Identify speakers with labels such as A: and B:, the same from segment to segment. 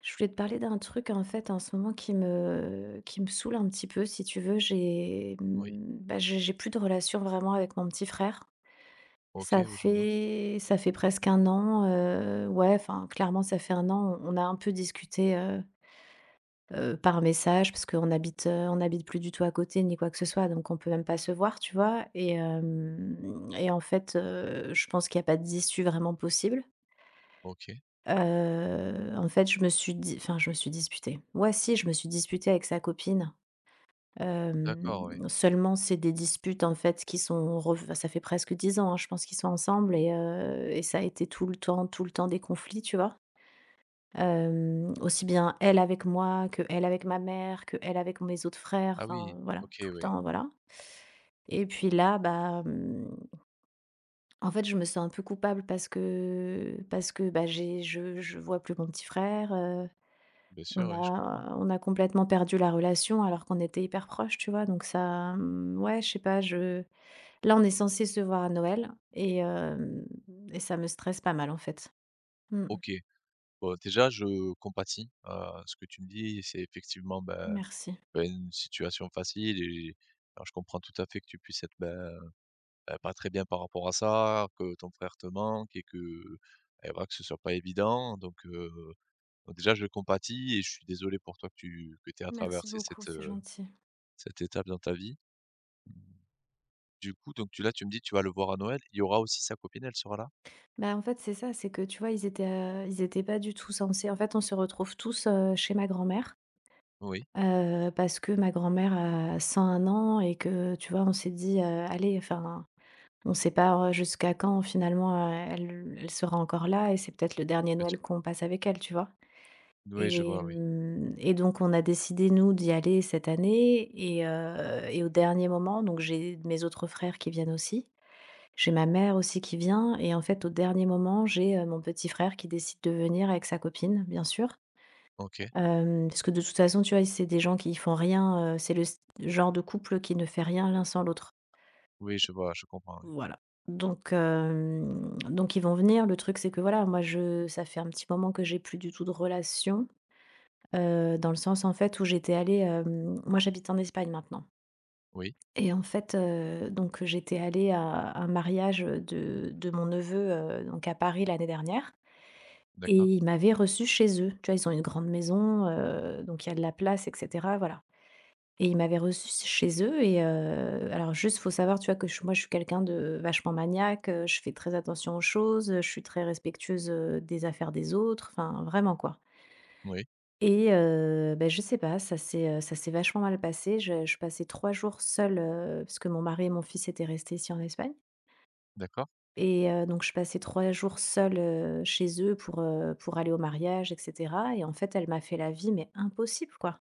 A: Je voulais te parler d'un truc, en fait, en ce moment, qui me saoule un petit peu, si tu veux. J'ai
B: Oui.
A: mmh, bah, j'ai plus de relation vraiment avec mon petit frère.
B: OK,
A: Ça
B: oui, je vois.
A: fait ça fait presque un an, ouais, enfin clairement ça fait un an. On a un peu discuté, par message parce qu'on habite, on habite plus du tout à côté ni quoi que ce soit, donc on peut même pas se voir, tu vois? Et en fait, je pense qu'il y a pas d'issue vraiment possible.
B: OK.
A: En fait, je me suis di enfin, je me suis disputée. Ouais, si, je me suis disputée avec sa copine.
B: D'accord, oui.
A: Seulement c'est des disputes, en fait, qui sont rev enfin, ça fait presque 10 ans, hein, je pense qu'ils sont ensemble et ça a été tout le temps des conflits, tu vois? Aussi bien elle avec moi, que elle avec ma mère, que elle avec mes autres frères,
B: Ah
A: enfin,
B: oui,
A: voilà,
B: OK,
A: tout le
B: oui.
A: temps, voilà. Et puis là, bah, en fait, je me sens un peu coupable parce que, bah, j'ai je vois plus mon petit frère.
B: Bien sûr,
A: On
B: oui, je comprends.
A: a on a complètement perdu la relation alors qu'on était hyper proches, tu vois? Donc ça, ouais, je sais pas, je Là, on est censé se voir à Noël et ça me stresse pas mal, en fait. Mmh.
B: OK. Bon, déjà, je compatis à ce que tu me dis. C'est effectivement,
A: Merci.
B: une situation facile et alors, je comprends tout à fait que tu puisses être, pas très bien par rapport à ça, que ton frère te manque et que, et voilà, que ce soit pas évident. Donc déjà, je compatis et je suis désolé pour toi que tu que aies à
A: Merci
B: traverser
A: beaucoup,
B: cette,
A: c'est gentil.
B: cette étape dans ta vie. Du coup, donc tu là, tu me dis, tu vas le voir à Noël, il y aura aussi sa copine, elle sera là?
A: Bah, en fait, c'est ça, c'est que, tu vois, ils étaient pas du tout censés, en fait, on se retrouve tous, chez ma grand-mère,
B: Oui,
A: parce que ma grand-mère a 101 ans et que, tu vois, on s'est dit: «Allez, enfin, on ne sait pas, jusqu'à quand finalement, elle sera encore là et c'est peut-être le dernier
B: bien
A: Noël
B: sûr.
A: qu'on passe avec elle, tu vois?
B: Oui, je
A: Et
B: vois, oui.
A: mmh et donc on a décidé nous d'y aller cette année et au dernier moment, donc j'ai mes autres frères qui viennent aussi. J'ai ma mère aussi qui vient et en fait, au dernier moment, j'ai, mon petit frère qui décide de venir avec sa copine, bien sûr.
B: OK.
A: Parce que de toute façon, tu vois, c'est des gens qui font rien, c'est le s genre de couple qui ne fait rien l'un sans l'autre.
B: Oui, je vois, je comprends, oui.
A: Voilà. Donc ils vont venir. Le truc, c'est que, voilà, moi, je ça fait un petit moment que j'ai plus du tout de relation, dans le sens, en fait, où j'étais allée, hem moi, j'habite en Espagne maintenant
B: Oui,
A: et en fait, donc j'étais allée à un mariage, de mon neveu, donc à Paris l'année dernière et
B: d'accord.
A: ils m'avaient reçue chez eux. Tu vois, ils ont une grande maison, donc il y a de la place, et cetera, voilà. Et ils m'avaient reçue chez eux alors juste, faut savoir, tu vois, que je moi, je suis quelqu'un de vachement maniaque, je fais très attention aux choses, je suis très respectueuse, des affaires des autres, enfin, vraiment, quoi.
B: Oui,
A: Bah, je sais pas, ça s'est vachement mal passé. Je passais 3 jours seule, parce que mon mari et mon fils étaient restés ici en Espagne
B: d'accord.
A: donc je passais 3 jours seule, chez eux pour aller au mariage, et cetera. Et en fait, elle m'a fait la vie mais impossible, quoi.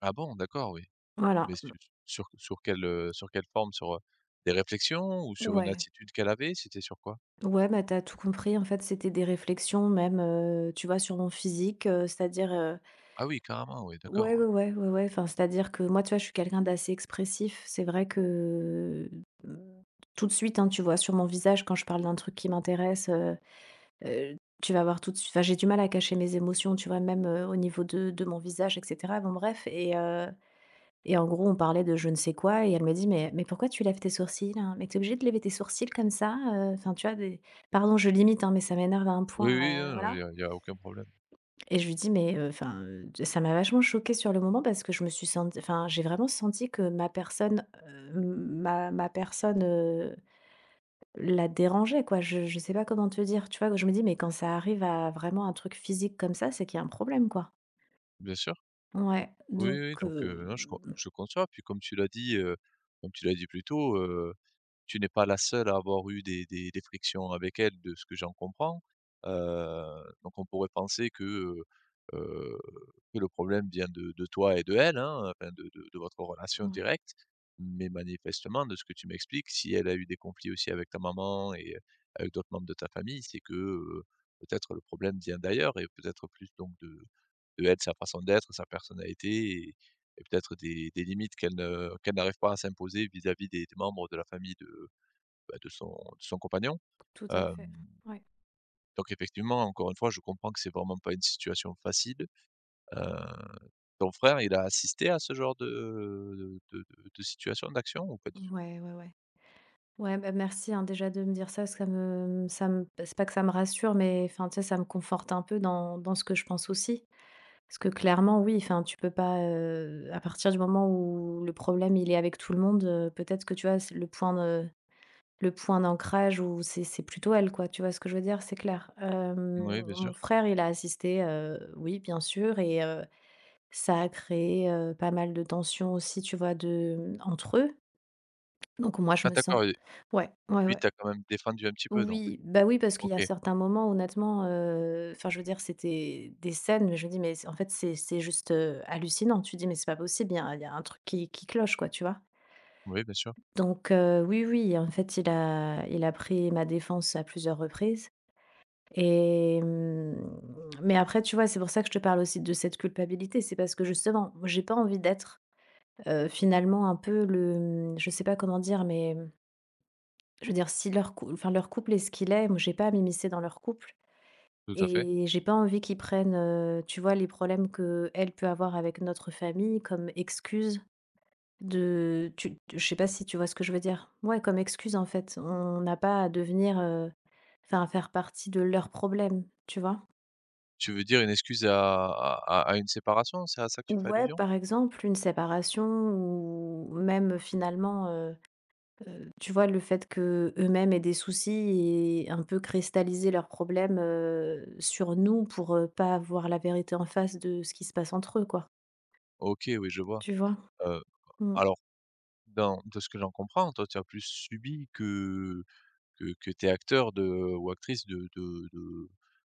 B: Ah bon? D'accord, oui.
A: Voilà.
B: Mais su Sur quelle, sur quelle forme? Sur, des réflexions ou sur une
A: Ouais.
B: attitude qu'elle avait? C'était sur quoi?
A: Ouais, bah, t'as tout compris. En fait, c'était des réflexions même, tu vois, sur mon physique, c'est-à-dire.
B: Ah oui, carrément, oui, d'accord,
A: Ouais, ouais,
B: ouais.
A: ouais, ouais, ouais, enfin, c'est-à-dire que moi, tu vois, je suis quelqu'un d'assez expressif. C'est vrai que, mmh, tout de suite, hein, tu vois sur mon visage quand je parle d'un truc qui m'intéresseheu, tu vas voir tout de suite. Enfin, j'ai du mal à cacher mes émotions, tu vois? Même, au niveau de mon visage, et cetera. Bon bref. Et en gros, on parlait de je ne sais quoi et elle me dit: «Mais pourquoi tu lèves tes sourcils, hein? Mais t'es obligée de lever tes sourcils comme ça?» Enfin, tu vois, des pardon, je limite, hein, mais ça m'énerve à un
B: Oui, oui,
A: point,
B: hein,
A: voilà.
B: il y a aucun problème.
A: Et je lui dis: «Mais, enfin», ça m'a vachement choquée sur le moment parce que je me suis senti, enfin, j'ai vraiment senti que ma personne, la dérangeait, quoi. Je sais pas comment te dire, tu vois? Que Je me dis: «Mais quand ça arrive à vraiment un truc physique comme ça, c'est qu'il y a un problème, quoi».
B: Bien sûr.
A: Ouais,
B: Oui,
A: donc,
B: oui, donc non, je conçois, puis comme tu l'as dit, comme tu l'as dit plus tôt, tu n'es pas la seule à avoir eu des frictions avec elle, de ce que j'en comprends. Donc on pourrait penser heu, que le problème vient de toi et de elle, hein, enfin de votre relation
A: ouais,
B: directe. Mais manifestement, de ce que tu m'expliques, si elle a eu des conflits aussi avec ta maman et avec d'autres membres de ta famille, c'est que, peut-être le problème vient d'ailleurs et peut-être plus donc de elle, sa façon d'être, sa personnalité et et peut-être des limites qu'elle n'arrive pas à s'imposer vis-à-vis des membres de la famille de, bah, de son compagnon.
A: tout à
B: Hem,
A: fait. Ouais.
B: donc effectivement, encore une fois, je comprends que c'est vraiment pas une situation facile. Heu, ton frère, il a assisté à ce genre de de de situation, d'action ou pas du tout?
A: Ouais, ouais, ouais. Ouais, bah, merci, hein, déjà de me dire ça, parce que ça me bah, c'est pas que ça me rassure, mais enfin, tu sais, ça me conforte un peu dans ce que je pense aussi. Parce que clairement, oui, enfin, tu peux pas, à partir du moment où le problème, il est avec tout le monde, peut-être que, tu vois, c'est le point d'ancrage où c'est plutôt elle, quoi, tu vois ce que je veux dire? C'est clair.
B: Oui, bien
A: Mon
B: sûr.
A: frère, il a assisté, oui, bien sûr ça a créé, pas mal de tensions aussi, tu vois, entre eux. Donc moi, je
B: Ah
A: me sens.
B: d'accord, et
A: Ouais, ouais,
B: lui,
A: ouais.
B: t'as quand même défendu un petit peu donc?
A: Oui, bah, oui, parce qu'il y
B: OK.
A: a certains moments, honnêtement, enfin, je veux dire, c'était des scènes, mais je me dis: «Mais c'est, en fait, c'est juste, hallucinant». Tu dis: «Mais c'est pas possible, il y a un truc qui cloche, quoi», tu vois?
B: Oui, bien sûr,
A: Donc oui, oui, en fait, il a pris ma défense à plusieurs reprises et hem, mais après, tu vois, c'est pour ça que je te parle aussi de cette culpabilité. C'est parce que justement, moi, j'ai pas envie d'être, finalement un peu le, mmh, je sais pas comment dire, mais, je veux dire, si leur cou enfin, leur couple est ce qu'il est, moi, j'ai pas à m'immiscer dans leur couple.
B: tout à fait.
A: Et j'ai pas envie qu'ils prennent, tu vois, les problèmes que elle peut avoir avec notre famille comme excuse de tu tu Je sais pas si tu vois ce que je veux dire? Ouais, comme excuse, en fait. On n'a pas à devenir, enfin, à faire partie de leurs problèmes, tu vois?
B: Tu veux dire une excuse à une séparation? C'est à ça que tu
A: Ou
B: fais
A: Ouais,
B: allusion?
A: par exemple, une séparation ou même finalement, tu vois, le fait que eux mêmes aient des soucis et un peu cristalliser leurs problèmes, sur nous pour, pas voir la vérité en face de ce qui se passe entre eux, quoi.
B: OK, oui, je vois.
A: Tu vois?
B: Heu,
A: Mmh.
B: alors dans de ce que j'en comprends, toi, tu as plus subi que tu es acteur de ou actrice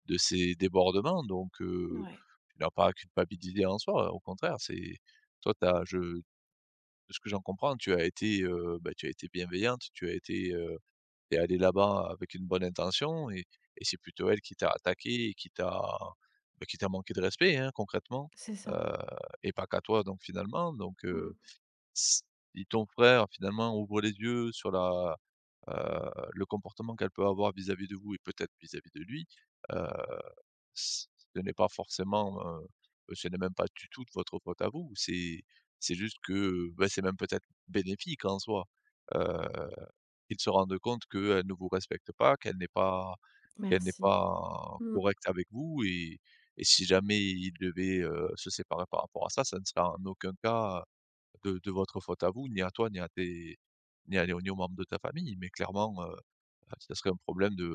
B: de ces débordements donc
A: Ouais,
B: tu n'as pas à culpabiliser en soi, au contraire, c'est toi, tu as je de ce que j'en comprends, tu as été, bah, tu as été bienveillante, tu as été, tu allée là-bas avec une bonne intention et c'est plutôt elle qui t'a attaqué, et qui t'a, bah, qui t'a manqué de respect, hein, concrètement,
A: c'est
B: heu
A: ça.
B: et pas qu'à toi donc finalement donc
A: Mmh.
B: si ton frère finalement ouvre les yeux sur la, le comportement qu'elle peut avoir vis-à-vis de vous et peut-être vis-à-vis de lui, heu, ce n'est pas forcément, ce n'est même pas du tout de votre faute à vous. C'est juste que, bah, c'est même peut-être bénéfique en soi, heu, qu'il se rende compte qu'elle ne vous respecte pas, qu'elle n'est
A: Merci.
B: pas
A: Mmh.
B: correcte avec vous et si jamais ils devaient, se séparer par rapport à ça, ça ne sera en aucun cas, de votre faute à vous, ni à toi, ni à ni aux membres de ta famille, mais clairement, ça serait un problème de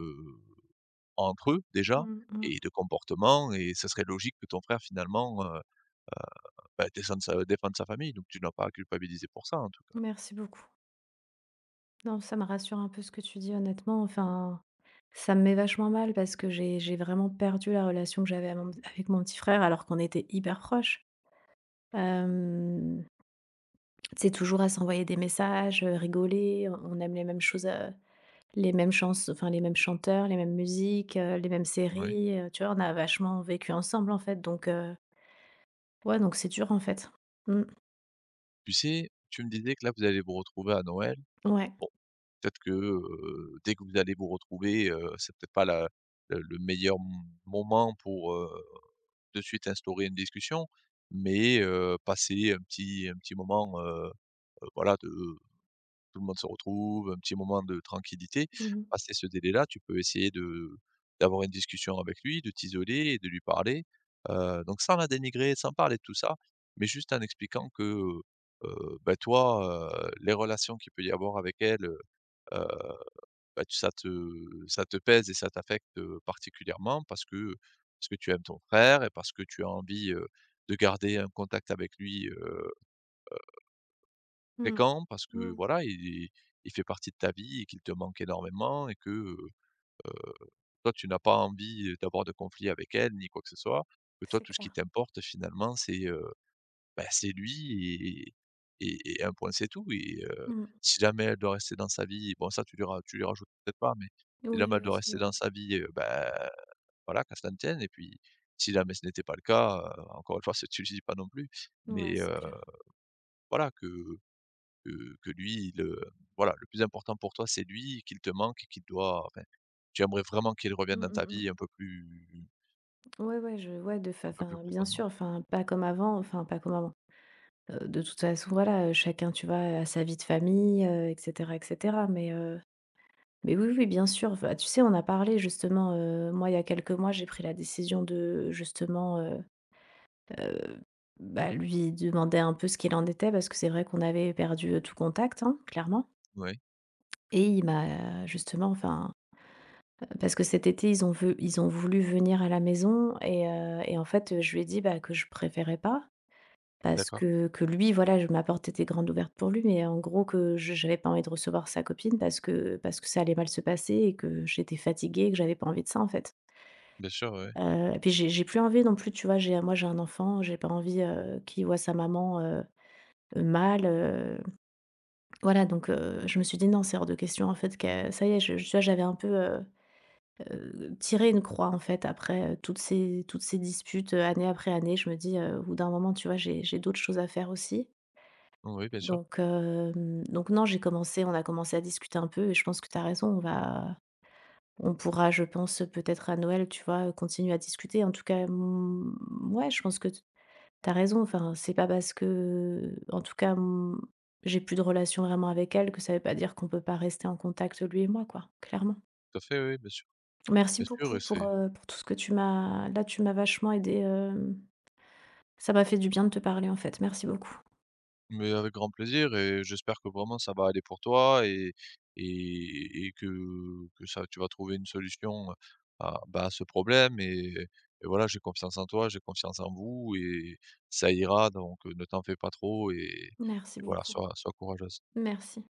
B: entre eux déjà
A: Mmh mh.
B: et de comportement et ça serait logique que ton frère finalement, bah, descende sa défende sa famille, donc tu n'as pas à culpabiliser pour ça en tout cas.
A: Merci beaucoup. Non, ça me rassure un peu ce que tu dis honnêtement, enfin, ça me met vachement mal parce que j'ai vraiment perdu la relation que j'avais à mon avec mon petit frère alors qu'on était hyper proches. Hem, tu Toujours à s'envoyer des messages, rigoler, on aime les mêmes choses, les mêmes chans enfin les mêmes chanteurs, les mêmes musiques, les mêmes
B: Oui.
A: séries, tu vois? On a vachement vécu ensemble, en fait, ouais, donc c'est dur, en fait. Mmh,
B: Tu sais, tu me disais que là, vous allez vous retrouver à Noël.
A: ouais.
B: Bon, peut-être que, dès que vous allez vous retrouver, c'est peut-être pas la le meilleur m moment pour, de suite instaurer une discussion, mais passer un petit moment, voilà, de tout le monde se retrouve, un petit moment de tranquillité.
A: Mmh mh.
B: Passer ce délai-là, tu peux essayer de d'avoir une discussion avec lui, de t'isoler et de lui parler, donc sans la dénigrer, sans parler de tout ça, mais juste en expliquant que, bah, toi, les relations qu'il peut y avoir avec elle, bah, tu ça te pèse et ça t'affecte, particulièrement parce que tu aimes ton frère et parce que tu as envie, de garder un contact avec lui,
A: Mmh.
B: fréquent parce que
A: Mmh.
B: voilà, il fait partie de ta vie et qu'il te manque énormément et que, toi tu n'as pas envie d'avoir de conflit avec elle ni quoi que ce soit. Que toi
A: C'est
B: tout ce qui
A: clair.
B: t'importe finalement c'est, bah, c'est lui et et un point, c'est tout et
A: Mmh.
B: si jamais elle doit rester dans sa vie, bon ça tu lui rajoutes peut-être pas, mais si jamais
A: Oui, oui,
B: elle doit
A: oui.
B: rester
A: Oui.
B: dans sa vie, bah, voilà, qu'elle se tienne et puis si jamais ce n'était pas le cas, encore une fois, c'est tu lui dis pas non plus,
A: Ouais,
B: mais
A: c'est clair.
B: voilà que que lui le voilà, le plus important pour toi, c'est lui, qu'il te manque et qu'il doit enfin, tu aimerais vraiment qu'il revienne
A: Mmh,
B: dans ta
A: mmh, mmh.
B: vie
A: Ouais, ouais, je ouais, de fa
B: un peu plus
A: enfin, bien
B: profondément.
A: sûr, enfin, pas comme avant, enfin, pas comme avant. De toute façon, voilà, chacun, tu vois, a sa vie de famille, et cetera, et cetera. Mais oui, oui, bien sûr. Enfin, tu sais, on a parlé justement, moi, il y a quelques mois, j'ai pris la décision de justementheu, bah, lui demander un peu ce qu'il en était parce que c'est vrai qu'on avait perdu tout contact, hein, clairement.
B: Ouais,
A: Et il m'a justement, enfin. Parce que cet été, ils ont voulu venir à la maison et en fait, je lui ai dit, bah, que je préférais pas, parce
B: d'accord,
A: que que lui, voilà, je ma porte était grande ouverte pour lui, mais en gros que je j'avais pas envie de recevoir sa copine parce que ça allait mal se passer et que j'étais fatiguée et que j'avais pas envie de ça, en fait.
B: bien sûr, oui.
A: Et puis j'ai plus envie non plus, tu vois? J'ai Moi, j'ai un enfant, j'ai pas envie, qu'il voit sa maman, mal, voilà. Donc, je me suis dit: «Non, c'est hors de question», en fait, que ça y est, tu vois? J'avais un peu tirer une croix, en fait, après, toutes ces disputes, année après année. Je me dis, au bout d'un moment, tu vois, j'ai d'autres choses à faire aussi.
B: Oui, bien sûr,
A: Donc non, j'ai commencé on a commencé à discuter un peu et je pense que tu as raison, on pourra, je pense, peut-être à Noël, tu vois, continuer à discuter. En tout cas, ouais, je pense que t tu as raison. Enfin, c'est pas parce que, en tout cas, j'ai plus de relation vraiment avec elle, que ça veut pas dire qu'on peut pas rester en contact, lui et moi, quoi, clairement.
B: tout à fait, oui,
A: Merci
B: bien sûr
A: beaucoup
B: et
A: pour,
B: c'est
A: heu, pour tout ce que tu m'as là, tu m'as vachement aidé. Ça m'a fait du bien de te parler, en fait. Merci beaucoup.
B: mais avec grand plaisir et j'espère que vraiment ça va aller pour toi et que ça tu vas trouver une solution à, bah, à ce problème et voilà, j'ai confiance en toi, j'ai confiance en vous et ça ira donc, ne t'en fais pas trop
A: Merci
B: et voilà,
A: beaucoup.
B: sois courageuse.
A: Merci.